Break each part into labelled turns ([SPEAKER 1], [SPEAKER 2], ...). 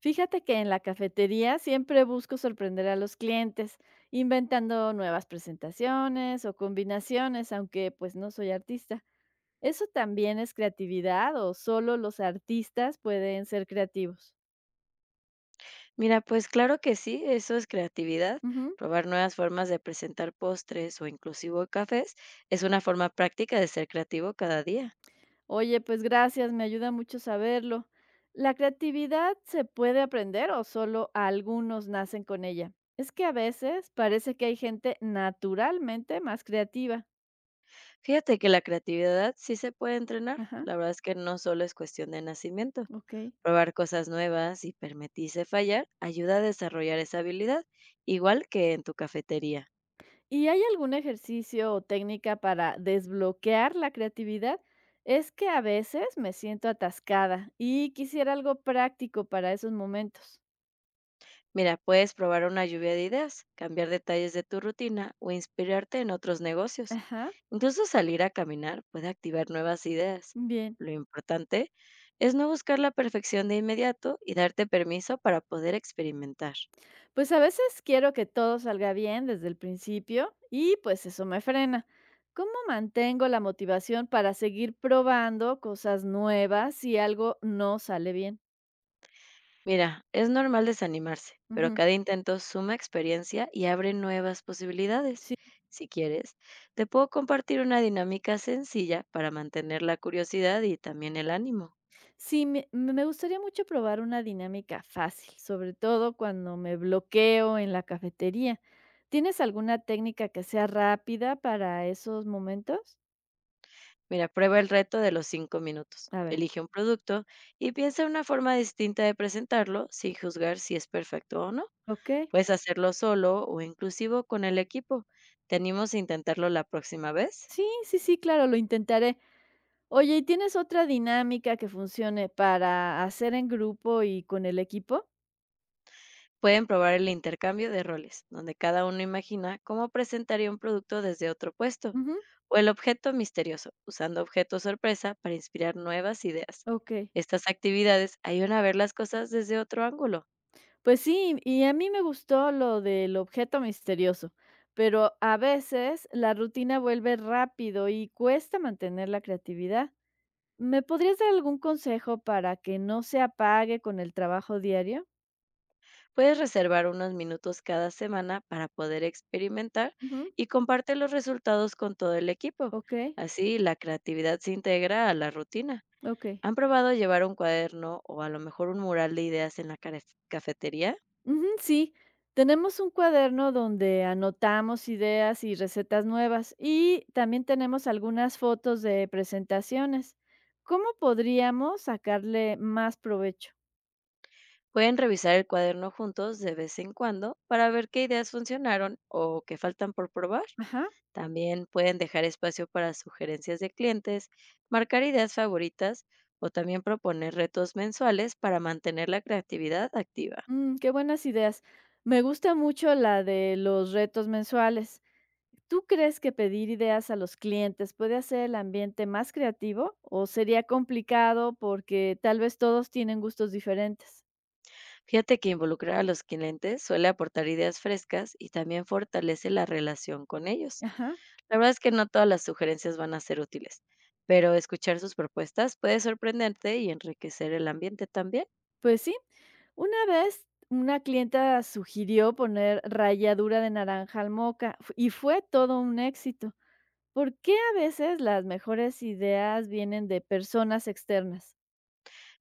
[SPEAKER 1] Fíjate que en la cafetería siempre busco sorprender a los clientes, inventando nuevas presentaciones o combinaciones, aunque pues no soy artista. ¿Eso también es creatividad o solo los artistas pueden ser creativos?
[SPEAKER 2] Mira, pues claro que sí, eso es creatividad.
[SPEAKER 1] Ujú.
[SPEAKER 2] Probar nuevas formas de presentar postres o inclusive cafés es una forma práctica de ser creativo cada día.
[SPEAKER 1] Oye, pues gracias, me ayuda mucho saberlo. ¿La creatividad se puede aprender o solo algunos nacen con ella? Es que a veces parece que hay gente naturalmente más creativa.
[SPEAKER 2] Fíjate que la creatividad sí se puede entrenar.
[SPEAKER 1] Ajá,
[SPEAKER 2] La verdad es que no solo es cuestión de nacimiento.
[SPEAKER 1] ok.
[SPEAKER 2] Probar cosas nuevas y permitirse fallar ayuda a desarrollar esa habilidad, igual que en tu cafetería.
[SPEAKER 1] ¿Y hay algún ejercicio o técnica para desbloquear la creatividad? Es que a veces me siento atascada y quisiera algo práctico para esos momentos.
[SPEAKER 2] Mira, puedes probar una lluvia de ideas, cambiar detalles de tu rutina o inspirarte en otros negocios.
[SPEAKER 1] Ajá,
[SPEAKER 2] Incluso salir a caminar puede activar nuevas ideas.
[SPEAKER 1] bien.
[SPEAKER 2] Lo importante es no buscar la perfección de inmediato y darte permiso para poder experimentar.
[SPEAKER 1] Pues a veces quiero que todo salga bien desde el principio y pues eso me frena. ¿Cómo mantengo la motivación para seguir probando cosas nuevas si algo no sale bien?
[SPEAKER 2] Mira, es normal desanimarse, pero
[SPEAKER 1] Ujú,
[SPEAKER 2] cada intento suma experiencia y abre nuevas posibilidades.
[SPEAKER 1] sí.
[SPEAKER 2] Si quieres, te puedo compartir una dinámica sencilla para mantener la curiosidad y también el ánimo.
[SPEAKER 1] Sí, me gustaría mucho probar una dinámica fácil, sobre todo cuando me bloqueo en la cafetería. ¿Tienes alguna técnica que sea rápida para esos momentos?
[SPEAKER 2] Mira, prueba el reto de los 5 minutos.
[SPEAKER 1] A ver,
[SPEAKER 2] Elige un producto y piensa en una forma distinta de presentarlo sin juzgar si es perfecto o no.
[SPEAKER 1] ok.
[SPEAKER 2] Puedes hacerlo solo o inclusivo con el equipo. Te animas a intentarlo la próxima vez.
[SPEAKER 1] Sí, sí, sí, claro, lo intentaré. Oye, ¿y tienes otra dinámica que funcione para hacer en grupo y con el equipo?
[SPEAKER 2] Pueden probar el intercambio de roles, donde cada uno imagina cómo presentaría un producto desde otro puesto,
[SPEAKER 1] Ujú,
[SPEAKER 2] o el objeto misterioso, usando objetos sorpresa para inspirar nuevas ideas.
[SPEAKER 1] ok.
[SPEAKER 2] Estas actividades ayudan a ver las cosas desde otro ángulo.
[SPEAKER 1] Pues sí, y a mí me gustó lo del objeto misterioso, pero a veces la rutina vuelve rápido y cuesta mantener la creatividad. ¿Me podrías dar algún consejo para que no se apague con el trabajo diario?
[SPEAKER 2] Puedes reservar unos minutos cada semana para poder experimentar
[SPEAKER 1] Ujú,
[SPEAKER 2] y comparte los resultados con todo el equipo.
[SPEAKER 1] ok,
[SPEAKER 2] Así la creatividad se integra a la rutina.
[SPEAKER 1] ok.
[SPEAKER 2] ¿Han probado llevar un cuaderno o a lo mejor un mural de ideas en la cafetería?
[SPEAKER 1] Ujú, sí, tenemos un cuaderno donde anotamos ideas y recetas nuevas y también tenemos algunas fotos de presentaciones. ¿Cómo podríamos sacarle más provecho?
[SPEAKER 2] Pueden revisar el cuaderno juntos de vez en cuando para ver qué ideas funcionaron o qué faltan por probar.
[SPEAKER 1] Ajá.
[SPEAKER 2] También pueden dejar espacio para sugerencias de clientes, marcar ideas favoritas o también proponer retos mensuales para mantener la creatividad activa.
[SPEAKER 1] Mm, qué buenas ideas. Me gusta mucho la de los retos mensuales. ¿Tú crees que pedir ideas a los clientes puede hacer el ambiente más creativo o sería complicado porque tal vez todos tienen gustos diferentes?
[SPEAKER 2] Fíjate que involucrar a los clientes suele aportar ideas frescas y también fortalece la relación con ellos.
[SPEAKER 1] Ajá,
[SPEAKER 2] La verdad es que no todas las sugerencias van a ser útiles, pero escuchar sus propuestas puede sorprenderte y enriquecer el ambiente también.
[SPEAKER 1] pues sí. Una vez una clienta sugirió poner ralladura de naranja al y fue todo un éxito. ¿Por qué a veces las mejores ideas vienen de personas externas?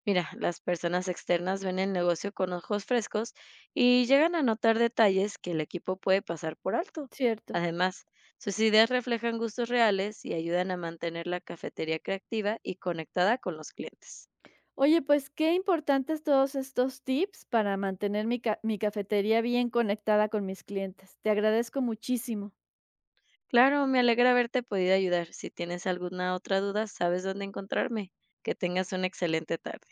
[SPEAKER 2] Mira, las personas externas ven el negocio con ojos frescos y llegan a notar detalles que el equipo puede pasar por alto.
[SPEAKER 1] Cierto.
[SPEAKER 2] Además, sus ideas reflejan gustos reales y ayudan a mantener la cafetería creativa y conectada con los clientes.
[SPEAKER 1] Oye, pues qué importantes todos estos tips para mantener mi cafetería bien conectada con mis clientes. Te agradezco muchísimo.
[SPEAKER 2] Claro, me alegra haberte podido ayudar. Si tienes alguna otra duda, sabes dónde encontrarme. Que tengas una excelente tarde.